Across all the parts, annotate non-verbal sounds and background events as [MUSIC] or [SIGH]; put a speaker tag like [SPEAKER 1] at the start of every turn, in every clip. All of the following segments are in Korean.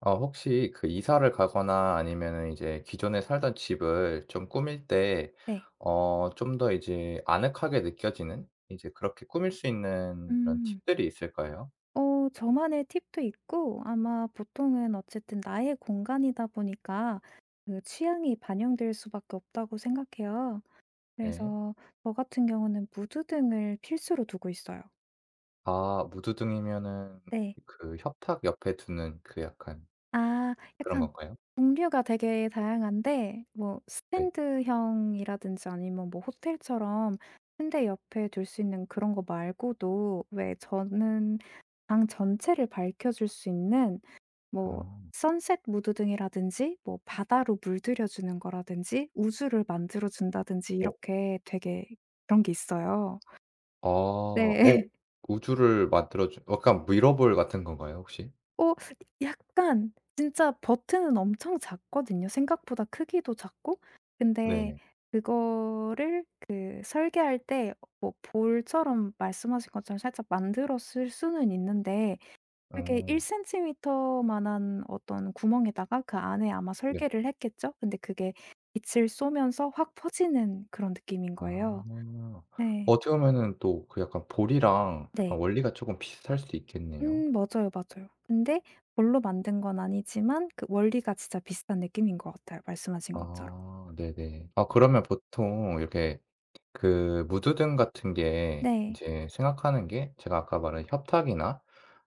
[SPEAKER 1] 혹시 그 이사를 가거나 아니면은 이제 기존에 살던 집을 좀 꾸밀 때
[SPEAKER 2] 네.
[SPEAKER 1] 좀 더 이제 아늑하게 느껴지는 이제 그렇게 꾸밀 수 있는 이런
[SPEAKER 2] 음.
[SPEAKER 1] 팁들이 있을까요?
[SPEAKER 2] 저만의 팁도 있고 아마 보통은 어쨌든 나의 공간이다 보니까 그 취향이 반영될 수밖에 없다고 생각해요.
[SPEAKER 1] 네.
[SPEAKER 2] 그래서 저 같은 경우는 무드등을 필수로 두고 있어요.
[SPEAKER 1] 아 무드등이면은
[SPEAKER 2] 네.
[SPEAKER 1] 그 협탁 옆에 두는 그 약간
[SPEAKER 2] 아
[SPEAKER 1] 그런
[SPEAKER 2] 약간
[SPEAKER 1] 건가요?
[SPEAKER 2] 종류가 되게 다양한데 뭐
[SPEAKER 1] 네.
[SPEAKER 2] 스탠드형이라든지 아니면 뭐 호텔처럼 침대 옆에 둘 수 있는 그런 거 말고도 왜 저는 방 전체를 밝혀 줄 수 있는 뭐
[SPEAKER 1] 어.
[SPEAKER 2] 선셋 무드등이라든지 뭐 바다로 물들여 주는 거라든지 우주를 만들어 준다든지 이렇게 되게 그런 게 있어요.
[SPEAKER 1] 오, 아.
[SPEAKER 2] 네.
[SPEAKER 1] 어
[SPEAKER 2] [LAUGHS]
[SPEAKER 1] 우주를 만들어 준 약간 미러볼 같은 건가요 혹시?
[SPEAKER 2] 어 약간 진짜 버튼은 엄청 작거든요. 생각보다 크기도 작고. 근데
[SPEAKER 1] 네네.
[SPEAKER 2] 그거를 그 설계할 때 뭐 볼처럼 말씀하신 것처럼 살짝 만들어 쓸 수는 있는데 되게
[SPEAKER 1] 어.
[SPEAKER 2] 1cm만한 어떤 구멍에다가 그 안에 아마
[SPEAKER 1] 네.
[SPEAKER 2] 설계를 했겠죠? 근데 그게 빛을 쏘면서 확 퍼지는 그런 느낌인 거예요.
[SPEAKER 1] 아,
[SPEAKER 2] 네.
[SPEAKER 1] 어떻게 보면은 또 그 약간 볼이랑
[SPEAKER 2] 네.
[SPEAKER 1] 약간 원리가 조금 비슷할 수 있겠네요.
[SPEAKER 2] 맞아요, 맞아요. 근데 뭘로 만든 건 아니지만 그 원리가 진짜 비슷한 느낌인 것 같아요, 말씀하신 것처럼.
[SPEAKER 1] 아 네네. 아 그러면 보통 이렇게 그 무드등 같은 게
[SPEAKER 2] 네.
[SPEAKER 1] 인제 생각하는 게 제가 아까 말한 협탁이나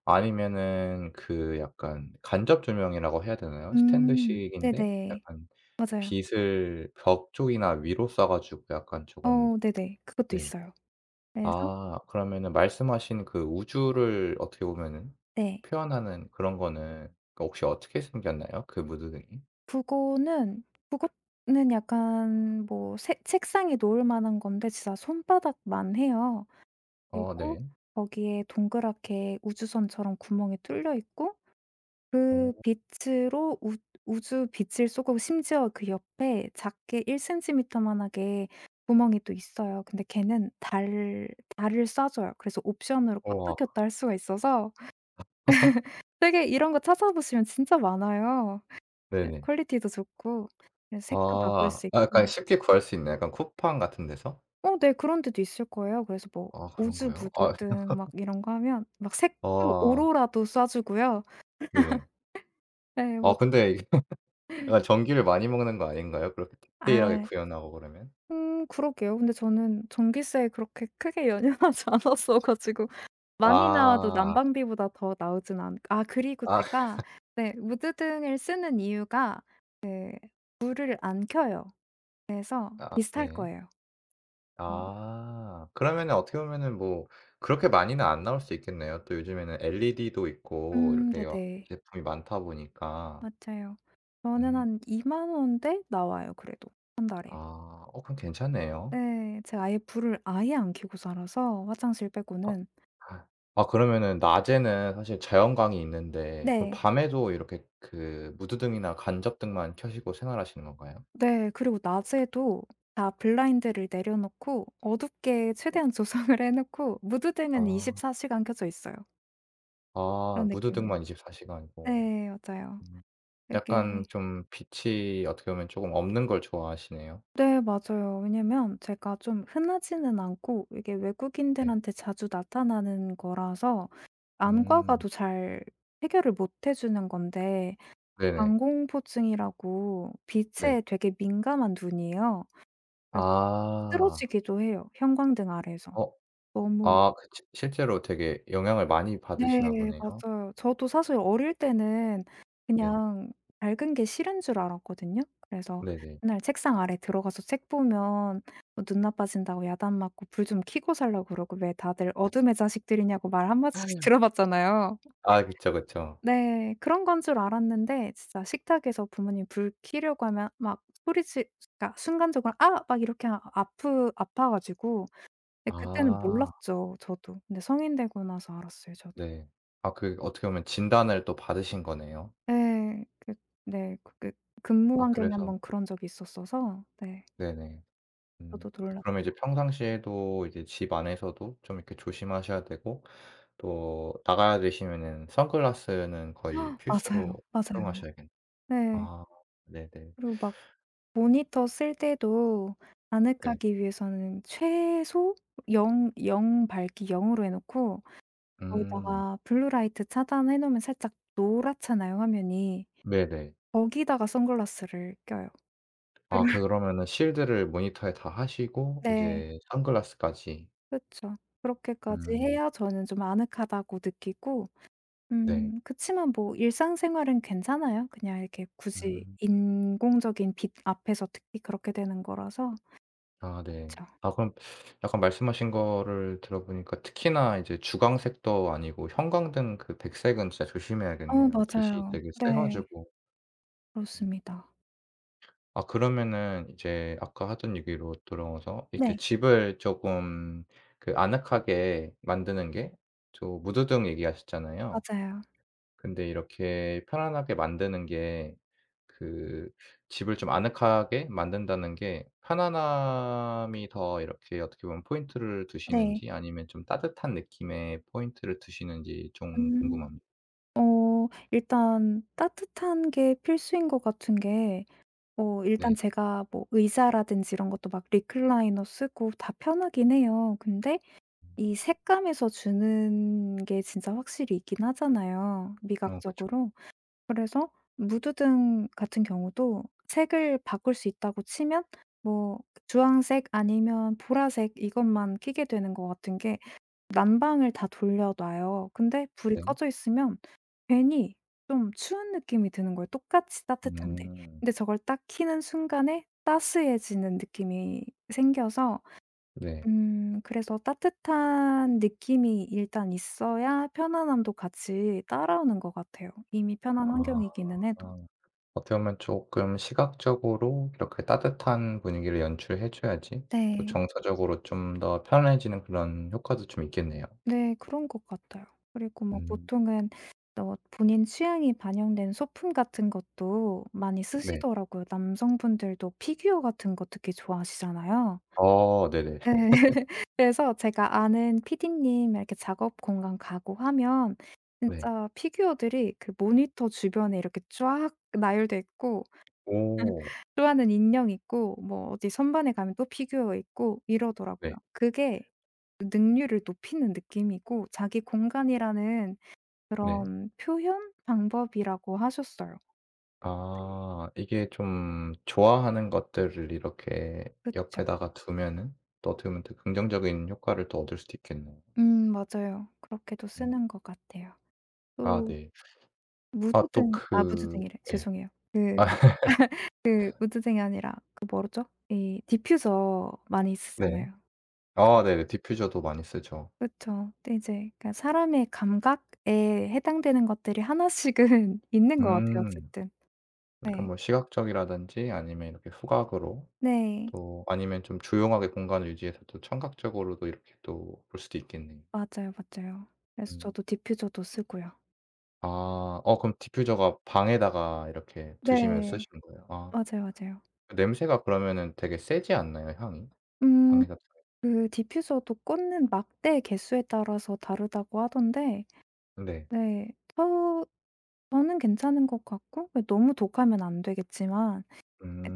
[SPEAKER 1] 아니면은 그 약간 간접 조명이라고 해야 되나요?
[SPEAKER 2] 음.
[SPEAKER 1] 스탠드식인데
[SPEAKER 2] 네네.
[SPEAKER 1] 약간
[SPEAKER 2] 맞아요.
[SPEAKER 1] 빛을 벽 쪽이나 위로 쏴 가지고 약간 조금.
[SPEAKER 2] 어 네네. 그것도
[SPEAKER 1] 네.
[SPEAKER 2] 있어요. 그래서
[SPEAKER 1] 아 그러면은 말씀하신 그 우주를 어떻게 보면은
[SPEAKER 2] 네.
[SPEAKER 1] 표현하는 그런 거는 그 혹시 어떻게 생겼나요? 그 무드등이?
[SPEAKER 2] 북어는 북어는 약간 뭐 새 책상에 놓을 만한 건데 진짜 손바닥만 해요.
[SPEAKER 1] 어
[SPEAKER 2] 그리고
[SPEAKER 1] 네.
[SPEAKER 2] 거기에 동그랗게 우주선처럼 구멍이 뚫려 있고 그
[SPEAKER 1] 오.
[SPEAKER 2] 빛으로 우 우주 빛을 쏘고 심지어 그 옆에 작게 1cm만하게 구멍이 또 있어요. 근데 걔는 달 달을 쏴줘요. 그래서 옵션으로 껐다
[SPEAKER 1] 우와.
[SPEAKER 2] 켰다 할 수가 있어서
[SPEAKER 1] [LAUGHS]
[SPEAKER 2] 되게 이런 거 찾아보시면 진짜 많아요. 예
[SPEAKER 1] 네네.
[SPEAKER 2] 퀄리티도 좋고 예 색도 바꿀
[SPEAKER 1] 아.
[SPEAKER 2] 수
[SPEAKER 1] 아 약간
[SPEAKER 2] 있고
[SPEAKER 1] 쉽게 구할 수 있나요? 약간 쿠팡 같은 데서?
[SPEAKER 2] 어 네 그런 데도 있을 거예요. 그래서 뭐
[SPEAKER 1] 아
[SPEAKER 2] 우즈
[SPEAKER 1] 그런가요? 아.
[SPEAKER 2] 무드등 막 이런 거 하면 막 색도
[SPEAKER 1] 아
[SPEAKER 2] 오로라도 쏴 주고요.
[SPEAKER 1] 네네.
[SPEAKER 2] 예 뭐
[SPEAKER 1] 아 근데 이게 [LAUGHS] 약간 전기를 많이 먹는 거 아닌가요? 그렇게 디테일하게
[SPEAKER 2] 아
[SPEAKER 1] 구현하고 그러면?
[SPEAKER 2] 그러게요. 근데 저는 전기세에 그렇게 크게 연연하지 [LAUGHS] 않았어 가지고 많이 나와도
[SPEAKER 1] 아.
[SPEAKER 2] 난방비보다 더 나오진 않 아 그리고
[SPEAKER 1] 아.
[SPEAKER 2] 제가 네 무드등을 쓰는 이유가 불을 안 켜요. 그래서
[SPEAKER 1] 아
[SPEAKER 2] 비쌀
[SPEAKER 1] 네.
[SPEAKER 2] 거예요. 음.
[SPEAKER 1] 아. 그러면은 어떻게 보면은 뭐 그렇게 많이는 안 나올 수 있겠네요. 또 요즘에는 LED도 있고 이렇게 여
[SPEAKER 2] 네네.
[SPEAKER 1] 제품이 많다 보니까.
[SPEAKER 2] 맞아요. 저는
[SPEAKER 1] 음.
[SPEAKER 2] 한2만 원대 나와요 그래도 한 달에.
[SPEAKER 1] 아. 어 그럼 괜찮네요.
[SPEAKER 2] 네. 제가 아예 불을 아예 안 켜고 살아서 화장실
[SPEAKER 1] 아
[SPEAKER 2] 빼고는.
[SPEAKER 1] 아 아, 그러면은 낮에는 사실 자연광이 있는데 그럼
[SPEAKER 2] 네.
[SPEAKER 1] 밤에도 이렇게 그 무드등이나 간접등만 켜시고 생활하시는 건가요?
[SPEAKER 2] 네. 그리고 낮에도 다 블라인드를 내려 놓고 어둡게
[SPEAKER 1] 네.
[SPEAKER 2] 최대한 [LAUGHS] 조성을 해 놓고 무드등은
[SPEAKER 1] 아.
[SPEAKER 2] 24 시간 켜져 있어요. 그런
[SPEAKER 1] 아
[SPEAKER 2] 느낌이에요.
[SPEAKER 1] 무드등만 24 시간이고.
[SPEAKER 2] 네 맞아요.
[SPEAKER 1] 음.
[SPEAKER 2] 그게
[SPEAKER 1] 약간 좀 빛이 어떻게 보면 조금 없는 걸 좋아하시네요.
[SPEAKER 2] 네 맞아요. 왜냐면 제가 좀 흔하지는 않고 이게
[SPEAKER 1] 네.
[SPEAKER 2] 외국인들한테 자주 나타나는 거라서 안과
[SPEAKER 1] 음.
[SPEAKER 2] 가도 잘 해결을 못 해 주는 건데
[SPEAKER 1] 네네.
[SPEAKER 2] 반공포증이라고 빛에
[SPEAKER 1] 네.
[SPEAKER 2] 되게 민감한 눈이에요. 그래서
[SPEAKER 1] 아.
[SPEAKER 2] 쓰러지기도 해요, 형광등 아래에서.
[SPEAKER 1] 어.
[SPEAKER 2] 너무
[SPEAKER 1] 아 그 시 실제로 되게 영향을 많이 받으시나
[SPEAKER 2] 네.
[SPEAKER 1] 보네요.
[SPEAKER 2] 맞아요. 저도 사실 어릴 때는
[SPEAKER 1] 네.
[SPEAKER 2] 그냥 밝은 게 싫은 줄 알았거든요. 그래서
[SPEAKER 1] 네네.
[SPEAKER 2] 맨날 책상 아래 들어가서 책 보면 뭐 "눈 나빠진다."고 야단 맞고 "불 좀 켜고 살라."고 그러고 왜 다들 "어둠의 자식들이냐."고 말 한 마디씩 [LAUGHS] 들어봤잖아요.
[SPEAKER 1] 아 그쵸, 그쵸.
[SPEAKER 2] 네. 그런 건 줄 알았는데 진짜 식탁에서 부모님 불 켜려고 하면 막 소리지 그러니까 순간적으로 "아!" 막 이렇게 아 아프 아파 가지고. 근데 그때는
[SPEAKER 1] 아
[SPEAKER 2] 몰랐죠 저도. 근데 성인 되고 나서 알았어요 저도.
[SPEAKER 1] 네. 아 그 어떻게 보면 진단을 또 받으신 거네요.
[SPEAKER 2] 예. 네. 그게 근무
[SPEAKER 1] 아
[SPEAKER 2] 환경이 한
[SPEAKER 1] 그래서.
[SPEAKER 2] 번 그런 적이 있었어서 네
[SPEAKER 1] 네네.
[SPEAKER 2] 저도
[SPEAKER 1] 음. 그러면
[SPEAKER 2] 놀랐죠.
[SPEAKER 1] 이제 평상시에도 이제 집 안에서도 좀 이렇게 조심하셔야 되고 또 나가야 되시면은 선글라스는 거의
[SPEAKER 2] [GASPS]
[SPEAKER 1] 필수로
[SPEAKER 2] 맞아요. 맞아요.
[SPEAKER 1] 착용하셔야겠네요.
[SPEAKER 2] 네.
[SPEAKER 1] 아 네네.
[SPEAKER 2] 그리고 막 모니터 쓸 때도
[SPEAKER 1] 네.
[SPEAKER 2] 아늑하기 위해서는 최소 0영 밝기 0 으로 해 놓고
[SPEAKER 1] 음.
[SPEAKER 2] 거기다가 블루라이트 차단해 놓으면 살짝 노랗잖아요 화면이.
[SPEAKER 1] 네네.
[SPEAKER 2] 거기다가 선글라스를 껴요. 그러
[SPEAKER 1] 아 그러면은 실드를 모니터에 다 하시고
[SPEAKER 2] 네.
[SPEAKER 1] 이제 선글라스까지.
[SPEAKER 2] 그쵸. 그렇게까지
[SPEAKER 1] 음.
[SPEAKER 2] 해야 저는 좀 아늑하다고 느끼고
[SPEAKER 1] 네.
[SPEAKER 2] 그치만 뭐 일상생활은 괜찮아요. 그냥 이렇게 굳이
[SPEAKER 1] 음.
[SPEAKER 2] 인공적인 빛 앞에서 특히 그렇게 되는 거라서.
[SPEAKER 1] 아 네.
[SPEAKER 2] 맞죠.
[SPEAKER 1] 아 그럼 약간 말씀하신 거를 들어보니까 특히나 이제 주광색도 아니고 형광등 그 백색은 진짜
[SPEAKER 2] 어
[SPEAKER 1] 조심해야겠네요. 빛이
[SPEAKER 2] 맞아요.
[SPEAKER 1] 되게 세
[SPEAKER 2] 네.
[SPEAKER 1] 가지고. 음.
[SPEAKER 2] 그렇습니다.
[SPEAKER 1] 아 그러면은 이제 아까 하던 얘기로 돌아와서 이제
[SPEAKER 2] 네.
[SPEAKER 1] 집을 조금 그 아늑하게 만드는 게 저 무드등 얘기하셨잖아요.
[SPEAKER 2] 맞아요.
[SPEAKER 1] 근데 이렇게 편안하게 만드는 게, 그, 집을 좀 아늑하게 만든다는 게 편안함이 더 이렇게 어떻게 보면 포인트를
[SPEAKER 2] 네.
[SPEAKER 1] 두시는지 아니면 좀 따뜻한 느낌의 포인트를 두시는지 좀
[SPEAKER 2] 음.
[SPEAKER 1] 궁금합니다.
[SPEAKER 2] 일단 따뜻한 게 필수인 것 같은 게 일단
[SPEAKER 1] 네.
[SPEAKER 2] 제가 뭐 의자라든지 이런 것도 막 리클라이너 쓰고 다 편하긴 해요. 근데 이 색감에서 주는 게 진짜 확실히 있긴 하잖아요
[SPEAKER 1] 어 그쵸.
[SPEAKER 2] 미각적으로. 그래서 무드등 같은 경우도 색을 바꿀 수 있다고 치면 뭐 주황색 아니면 보라색 이것만 켜게 되는 것 같은 게 난방을 다 돌려 놔요. 근데 불이
[SPEAKER 1] 네.
[SPEAKER 2] 꺼져 있으면 괜히 좀 추운 느낌이 드는 거예요, 똑같이 따뜻한데.
[SPEAKER 1] 음.
[SPEAKER 2] 근데 저걸 딱 켜는 순간에 따스해지는 느낌이 생겨서
[SPEAKER 1] 네.
[SPEAKER 2] 그래서 따뜻한 느낌이 일단 있어야 편안함도 같이 따라오는 것 같아요, 이미 편한
[SPEAKER 1] 아.
[SPEAKER 2] 환경이기는 해도.
[SPEAKER 1] 어떻게 보면 쪼끔 시각적으로 이렇게 따뜻한 분위기를 연출해 줘야지 또
[SPEAKER 2] 네.
[SPEAKER 1] 정서적으로 좀 더 편안해지는 그런 효과도 좀 있겠네요.
[SPEAKER 2] 네. 그런 것 같아요. 그리고 뭐
[SPEAKER 1] 음.
[SPEAKER 2] 보통은 또 본인 취향이 반영된 소품 같은 것도 많이
[SPEAKER 1] 네.
[SPEAKER 2] 쓰시더라고요. 남성분들도 피규어 같은 거 특히 좋아하시잖아요.
[SPEAKER 1] 어 네네.
[SPEAKER 2] 예. [LAUGHS] 그래서 제가 아는 PD님 이렇게 작업 공간 가고 하면
[SPEAKER 1] 네.
[SPEAKER 2] 진짜 피규어들이 그 모니터 주변에 이렇게 쫙 나열돼 있고
[SPEAKER 1] 오.
[SPEAKER 2] [LAUGHS] 좋아하는 인형 있고 뭐 어디 선반에 가면 또 피규어 있고
[SPEAKER 1] 네.
[SPEAKER 2] 이러더라고요. 그게 능률을 높이는 느낌이고 자기 공간이라는
[SPEAKER 1] 네.
[SPEAKER 2] 그런 표현 방법이라고 하셨어요. 네.
[SPEAKER 1] 아 이게 좀 좋아하는 것들을 이렇게
[SPEAKER 2] 그쵸.
[SPEAKER 1] 옆에다가 두면은 또 어떻게 보면 더 긍정적인 효과를 또 얻을 수도 있겠네요.
[SPEAKER 2] 맞아요. 그렇게도
[SPEAKER 1] 음.
[SPEAKER 2] 쓰는 것 같아요.
[SPEAKER 1] 아
[SPEAKER 2] 또
[SPEAKER 1] 네. 아 또
[SPEAKER 2] 무드등 아
[SPEAKER 1] 그,
[SPEAKER 2] 무드등이래.
[SPEAKER 1] 예.
[SPEAKER 2] 죄송해요. 그
[SPEAKER 1] [LAUGHS] 아
[SPEAKER 2] 무드등이 아니라 그 뭐죠? 이 디퓨저 많이
[SPEAKER 1] 네.
[SPEAKER 2] 쓰잖아요.
[SPEAKER 1] 아 네네. 디퓨저도 많이 쓰죠.
[SPEAKER 2] 그쵸. 근데 이제 그러니까 사람의 감각에 해당되는 것들이 하나씩은 [LAUGHS] 있는 것 같아요
[SPEAKER 1] 음.
[SPEAKER 2] 어쨌든.
[SPEAKER 1] 그러니까
[SPEAKER 2] 네.
[SPEAKER 1] 뭐 시각적이라든지 아니면 이렇게 후각으로
[SPEAKER 2] 네.
[SPEAKER 1] 또 아니면 좀 조용하게 공간을 유지해서 또 청각적으로도 이렇게 또 볼 수도 있겠네요.
[SPEAKER 2] 맞아요, 맞아요. 그래서
[SPEAKER 1] 음.
[SPEAKER 2] 저도 디퓨저도 쓰고요.
[SPEAKER 1] 아, 어 그럼 디퓨저가 방에다가 이렇게 두시면
[SPEAKER 2] 네.
[SPEAKER 1] 쓰시는 거예요? 아.
[SPEAKER 2] 맞아요, 맞아요.
[SPEAKER 1] 냄새가 그러면은 되게 세지 않나요? 향이?
[SPEAKER 2] 음
[SPEAKER 1] 향이 같은.
[SPEAKER 2] 그 디퓨저도 꽂는 막대 개수에 따라서 다르다고 하던데
[SPEAKER 1] 네.
[SPEAKER 2] 네. 저는 괜찮은 것 같고 그 너무 독하면 안 되겠지만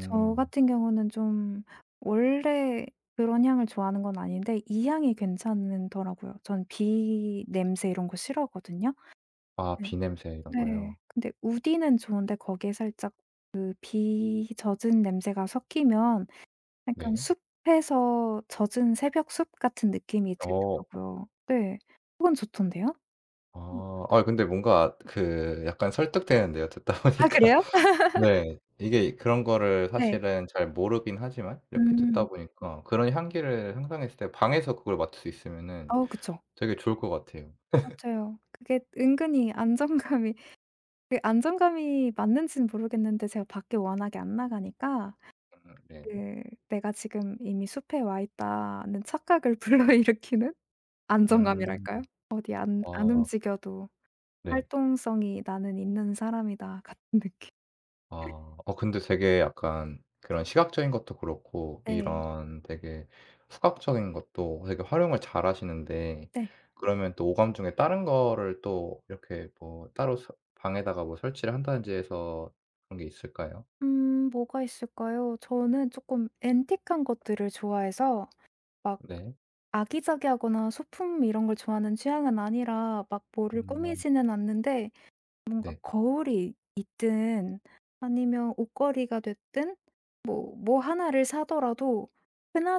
[SPEAKER 2] 저 같은 경우는 좀 원래 그런 향을 좋아하는 건 아닌데 이 향이 괜찮더라고요. 전 비 냄새 이런 거 싫어하거든요.
[SPEAKER 1] 아
[SPEAKER 2] 네.
[SPEAKER 1] 비냄새 이런
[SPEAKER 2] 네.
[SPEAKER 1] 거요?
[SPEAKER 2] 근데 우디는 좋은데 거기에 살짝 그 비 젖은 냄새가 섞이면 약간
[SPEAKER 1] 네.
[SPEAKER 2] 숲에서 젖은 새벽 숲 같은 느낌이
[SPEAKER 1] 어.
[SPEAKER 2] 들더라고요. 네. 그건 좋던데요? 음
[SPEAKER 1] 아. 아 근데 뭔가 그 약간 설득되는데요, 듣다 [LAUGHS]
[SPEAKER 2] 아아
[SPEAKER 1] 보니까.
[SPEAKER 2] 그래요?
[SPEAKER 1] 네. 이게 그런 거를
[SPEAKER 2] 네.
[SPEAKER 1] 사실은 잘 모르긴 하지만 이렇게 듣다
[SPEAKER 2] 음.
[SPEAKER 1] 보니까 그런 향기를 상상했을 때 방에서 그걸 맡을 수 있으면은
[SPEAKER 2] 어 그쵸.
[SPEAKER 1] 되게 좋을 것 같아요.
[SPEAKER 2] 맞아요. 그게 은근히 안정감이 그 안정감이 맞는지는 모르겠는데 제가 밖에 워낙에 안 나가니까
[SPEAKER 1] 네.
[SPEAKER 2] 그 '내가 지금 이미 숲에 와 있다.'는 착각을 [LAUGHS] 불러일으키는
[SPEAKER 1] 음.
[SPEAKER 2] 안정감이랄까요? '어디 안
[SPEAKER 1] 아
[SPEAKER 2] 움직여도
[SPEAKER 1] 네.
[SPEAKER 2] 활동성이 나는 있는 사람이다.' [LAUGHS] 같은 느낌.
[SPEAKER 1] 아. 어 근데 되게 약간 그런 시각적인 것도 그렇고
[SPEAKER 2] 네.
[SPEAKER 1] 이런 되게 후각적인 것도 되게 활용을 잘 하시는데
[SPEAKER 2] 네.
[SPEAKER 1] 그러면 또 오감 중에 다른 거를 또 이렇게 뭐 따로 서 방에다가 뭐 설치를 한다든지 해서 그런 게 있을까요?
[SPEAKER 2] 뭐가 있을까요? 저는 조금 앤틱한 것들을 좋아해서 막
[SPEAKER 1] 네.
[SPEAKER 2] 아기자기하거나 소품 이런 걸 좋아하는 취향은 아니라 막 뭐를
[SPEAKER 1] 음.
[SPEAKER 2] 꾸미지는 않는데 뭔가
[SPEAKER 1] 네.
[SPEAKER 2] 거울이 있든 아니면 옷걸이가 됐든 뭐 하나를 사더라도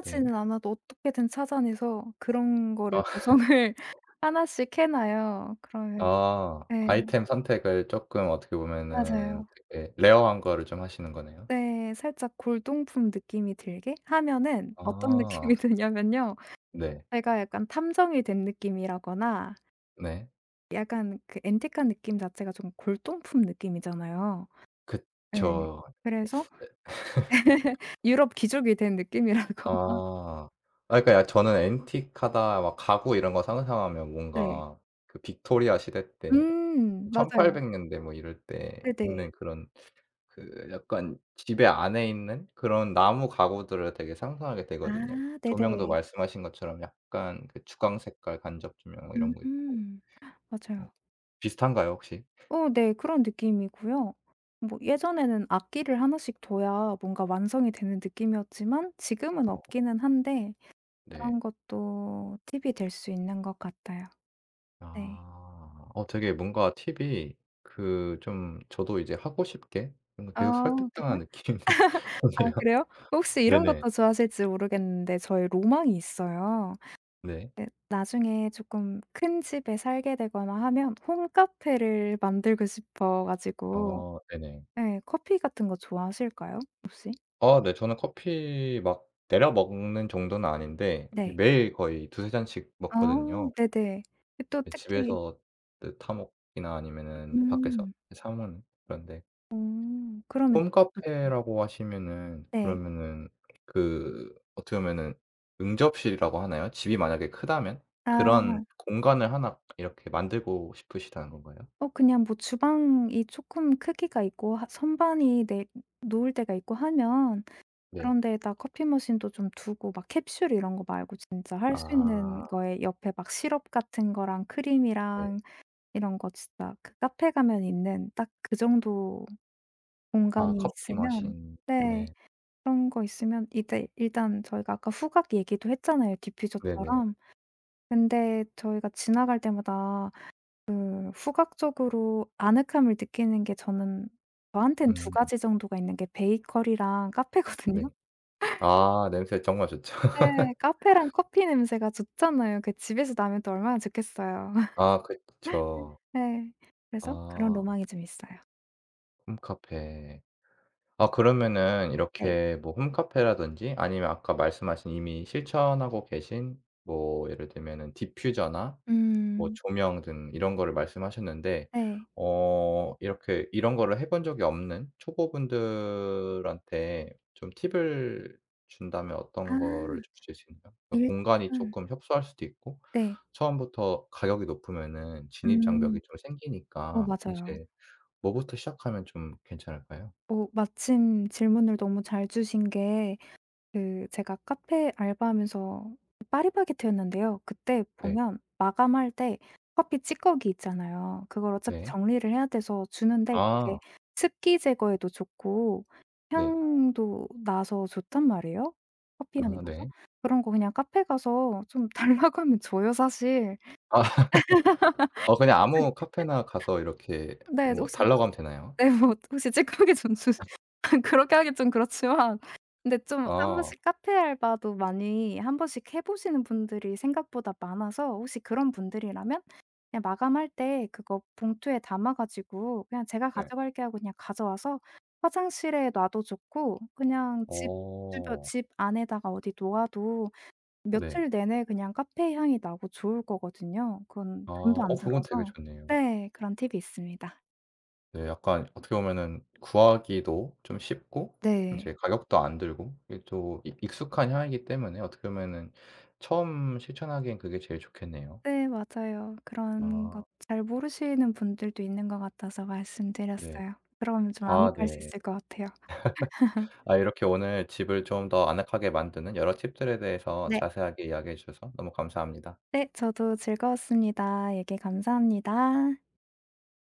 [SPEAKER 1] 네.
[SPEAKER 2] 않아도 어떻게든 찾아내서 그런 거를
[SPEAKER 1] 아.
[SPEAKER 2] 조성을
[SPEAKER 1] [LAUGHS]
[SPEAKER 2] [LAUGHS] 하나씩 해 놔요. 그러면
[SPEAKER 1] 아.
[SPEAKER 2] 네
[SPEAKER 1] 아이템 선택을 조금 어떻게 보면은
[SPEAKER 2] 맞아요.
[SPEAKER 1] 되게 레어한 거를 좀 하시는 거네요.
[SPEAKER 2] 네 살짝 골동품 느낌이 들게 하면은 어떤
[SPEAKER 1] 아.
[SPEAKER 2] 느낌이 [LAUGHS] 드냐면요.
[SPEAKER 1] 네.
[SPEAKER 2] 제가 약간 탐정이 된 느낌이라거나
[SPEAKER 1] 네.
[SPEAKER 2] 약간 그 앤티크한 느낌 자체가 좀 골동품 느낌이잖아요. 네.
[SPEAKER 1] 그쵸.
[SPEAKER 2] 그래서 유럽 귀족이 된 느낌이라거나. [LAUGHS]
[SPEAKER 1] 아. 아 그러니까 야 저는 앤티하다 막 가구 이런 거 상상하면
[SPEAKER 2] 네.
[SPEAKER 1] 뭔가 그 빅토리아 시대 때
[SPEAKER 2] 음. 맞아요.
[SPEAKER 1] 1800 년대 뭐 이럴 때
[SPEAKER 2] 네네.
[SPEAKER 1] 있는 그런, 그 약간 집에 안에 있는 그런 나무 가구들을 되게 상상하게
[SPEAKER 2] 아
[SPEAKER 1] 되거든요. 조명도
[SPEAKER 2] 네네.
[SPEAKER 1] 말씀하신 것처럼 약간 그 주광 색깔 간접 조명 뭐
[SPEAKER 2] 음.
[SPEAKER 1] 이런 거 있고.
[SPEAKER 2] 음.
[SPEAKER 1] 어
[SPEAKER 2] 맞아요.
[SPEAKER 1] 비슷한가요 혹시?
[SPEAKER 2] 어 네. 그런 느낌이고요. 뭐 예전에는 악기를 하나씩 둬야 뭔가 완성이 되는 느낌이었지만 지금은
[SPEAKER 1] 어
[SPEAKER 2] 없기는 한데
[SPEAKER 1] 네.
[SPEAKER 2] 그런 것도 팁이 될 수 있는 것 같아요. 네.
[SPEAKER 1] 아. 어 되게 뭔가 팁이 그 좀 저도 이제 하고 싶게 뭔가
[SPEAKER 2] 아
[SPEAKER 1] 계속
[SPEAKER 2] 그래요?
[SPEAKER 1] 설득당하는 느낌이네요.
[SPEAKER 2] 아
[SPEAKER 1] [LAUGHS]
[SPEAKER 2] 그래요? 혹시 이런
[SPEAKER 1] 네네.
[SPEAKER 2] 것도 좋아하실지 모르겠는데 저의 로망이 있어요.
[SPEAKER 1] 네.
[SPEAKER 2] 네. 나중에 조금 큰 집에 살게 되거나 하면 홈카페를 만들고 싶어 가지고
[SPEAKER 1] 어 네네.
[SPEAKER 2] 네, 커피 같은 거 좋아하실까요? 혹시? 음.
[SPEAKER 1] 아 네. 저는 커피 막 내려 먹는 정도는 아닌데
[SPEAKER 2] 네.
[SPEAKER 1] 매일 거의 두세 잔씩
[SPEAKER 2] 아
[SPEAKER 1] 먹거든요.
[SPEAKER 2] 네네. 그 또
[SPEAKER 1] 예,
[SPEAKER 2] 특히
[SPEAKER 1] 집에서 그 타 먹기나 아니면은 밖에서
[SPEAKER 2] 음.
[SPEAKER 1] 사 먹는 그런데.
[SPEAKER 2] 어 그러면 더 좋죠.
[SPEAKER 1] 홈카페라고 하시면은
[SPEAKER 2] 네.
[SPEAKER 1] 그러면은 그 어떻게 보면은 응접실이라고 하나요? 집이 만약에 크다면
[SPEAKER 2] 아
[SPEAKER 1] 그런 공간을 하나 이렇게 만들고 싶으시다는 건가요?
[SPEAKER 2] 그냥 뭐 주방이 조금 크기가 있고 하 선반이 내 놓을 데가 있고 하면
[SPEAKER 1] 네.
[SPEAKER 2] 그런 데에다 커피 머신도 좀 두고 막 캡슐 이런 거 말고 진짜 할 수 있는
[SPEAKER 1] 아
[SPEAKER 2] 거에 옆에 막 시럽 같은 거랑
[SPEAKER 1] 네.
[SPEAKER 2] 크림이랑 이런 거 진짜 그 카페 가면 있는 딱 그 정도
[SPEAKER 1] 아
[SPEAKER 2] 공간이
[SPEAKER 1] 커피
[SPEAKER 2] 있으면
[SPEAKER 1] 머신.
[SPEAKER 2] 네
[SPEAKER 1] 네.
[SPEAKER 2] 그런 거 있으면 이제 일단 저희가 아까 후각 얘기도 했잖아요
[SPEAKER 1] 네네.
[SPEAKER 2] 디퓨저처럼. 근데 저희가 지나갈 때마다 그 후각적으로 아늑함을 느끼는 게 저는 저한텐 두
[SPEAKER 1] 음
[SPEAKER 2] 가지 정도가 있는 게 베이커리랑 카페거든요.
[SPEAKER 1] 네. 아 냄새 정말 좋죠.
[SPEAKER 2] [LAUGHS]
[SPEAKER 1] [LAUGHS]
[SPEAKER 2] 네. 카페랑 커피 냄새가 좋잖아요. 그 집에서 나면 또 얼마나 좋겠어요. [LAUGHS]
[SPEAKER 1] 아 그쵸.
[SPEAKER 2] 네. 그래서 그런
[SPEAKER 1] 아
[SPEAKER 2] 로망이 좀 있어요.
[SPEAKER 1] 홈카페. 아 그러면은
[SPEAKER 2] 네.
[SPEAKER 1] 이렇게 뭐 홈카페라든지 아니면 아까 말씀하신 이미 실천하고 계신 뭐 예를 들면은 디퓨저나 뭐
[SPEAKER 2] 음.
[SPEAKER 1] 조명 등 이런 거를 말씀하셨는데
[SPEAKER 2] 네.
[SPEAKER 1] 어 이렇게 이런 거를 해본 적이 없는 초보분들한테 좀 팁을 준다면
[SPEAKER 2] 아.
[SPEAKER 1] 어떤 거를 주실 수 있나요? 그
[SPEAKER 2] 일단
[SPEAKER 1] 공간이 조금 협소할 수도 있고
[SPEAKER 2] 네.
[SPEAKER 1] 처음부터 가격이 높으면은 진입
[SPEAKER 2] 음.
[SPEAKER 1] 장벽이 좀
[SPEAKER 2] 어
[SPEAKER 1] 생기니까
[SPEAKER 2] 맞아요.
[SPEAKER 1] 이제 뭐부터 시작하면 좀 괜찮을까요?
[SPEAKER 2] 마침 질문을 너무 잘 주신 게 그 제가 카페 알바하면서 파리바게트였는데요. 그때
[SPEAKER 1] 네.
[SPEAKER 2] 보면 마감할 때 커피 찌꺼기 있잖아요. 그걸 어차피
[SPEAKER 1] 네.
[SPEAKER 2] 정리를 해야 돼서 주는데
[SPEAKER 1] 아
[SPEAKER 2] 그게 습기 제거에도 좋고
[SPEAKER 1] 네.
[SPEAKER 2] 향도 나서 좋단 말이에요, 커피 향이
[SPEAKER 1] 아
[SPEAKER 2] 나서.
[SPEAKER 1] 네.
[SPEAKER 2] 그런 거 그냥 카페 가서 좀 달라고 하면 줘요, 사실.
[SPEAKER 1] 아. [LAUGHS] 어 그냥 아무
[SPEAKER 2] [LAUGHS] 이제
[SPEAKER 1] 카페나 가서 이렇게
[SPEAKER 2] 네.
[SPEAKER 1] 뭐
[SPEAKER 2] 혹시
[SPEAKER 1] 달라고 하면 되나요?
[SPEAKER 2] 네 뭐 혹시 찌꺼기 전수 [LAUGHS] 그렇게 하긴 좀 그렇지만 근데 좀 한
[SPEAKER 1] 아
[SPEAKER 2] 번씩 카페 알바도 많이 한 번씩 해 보시는 분들이 생각보다 많아서 혹시 그런 분들이라면 그냥 마감할 때 그거 봉투에 담아 가지고 그냥 "제가
[SPEAKER 1] 네.
[SPEAKER 2] 가져갈게요." 하고 그냥 가져와서 화장실에 놔도 좋고 그냥 집 주변
[SPEAKER 1] 어
[SPEAKER 2] 집 안에다가 어디 놓아도
[SPEAKER 1] 네.
[SPEAKER 2] 며칠 내내 그냥 카페 향이 나고 좋을 거거든요. 그건
[SPEAKER 1] 아,
[SPEAKER 2] 돈도
[SPEAKER 1] 어
[SPEAKER 2] 안
[SPEAKER 1] 그건 되게
[SPEAKER 2] 들어서
[SPEAKER 1] 좋네요.
[SPEAKER 2] 네 그런 팁이 있습니다.
[SPEAKER 1] 네 약간 어떻게 보면은 구하기도 좀 쉽고
[SPEAKER 2] 네.
[SPEAKER 1] 인제 가격도 안 들고 이게 또 익 익숙한 향이기 때문에 어떻게 보면은 처음 실천하기엔 그게 제일 좋겠네요.
[SPEAKER 2] 네 맞아요. 그런 것
[SPEAKER 1] 아
[SPEAKER 2] 잘 모르시는 분들도 있는 것 같아서
[SPEAKER 1] 네.
[SPEAKER 2] 말씀드렸어요. 그러면 좀
[SPEAKER 1] 아
[SPEAKER 2] 아득할 수
[SPEAKER 1] 네.
[SPEAKER 2] 있을 것 같아요.
[SPEAKER 1] 아 이렇게 오늘 집을 좀 더 아늑하게 만드는 여러 팁들에 대해서
[SPEAKER 2] 네.
[SPEAKER 1] 자세하게 이야기해 주셔서 너무 감사합니다.
[SPEAKER 2] 네 저도 즐거웠습니다. 얘기 감사합니다.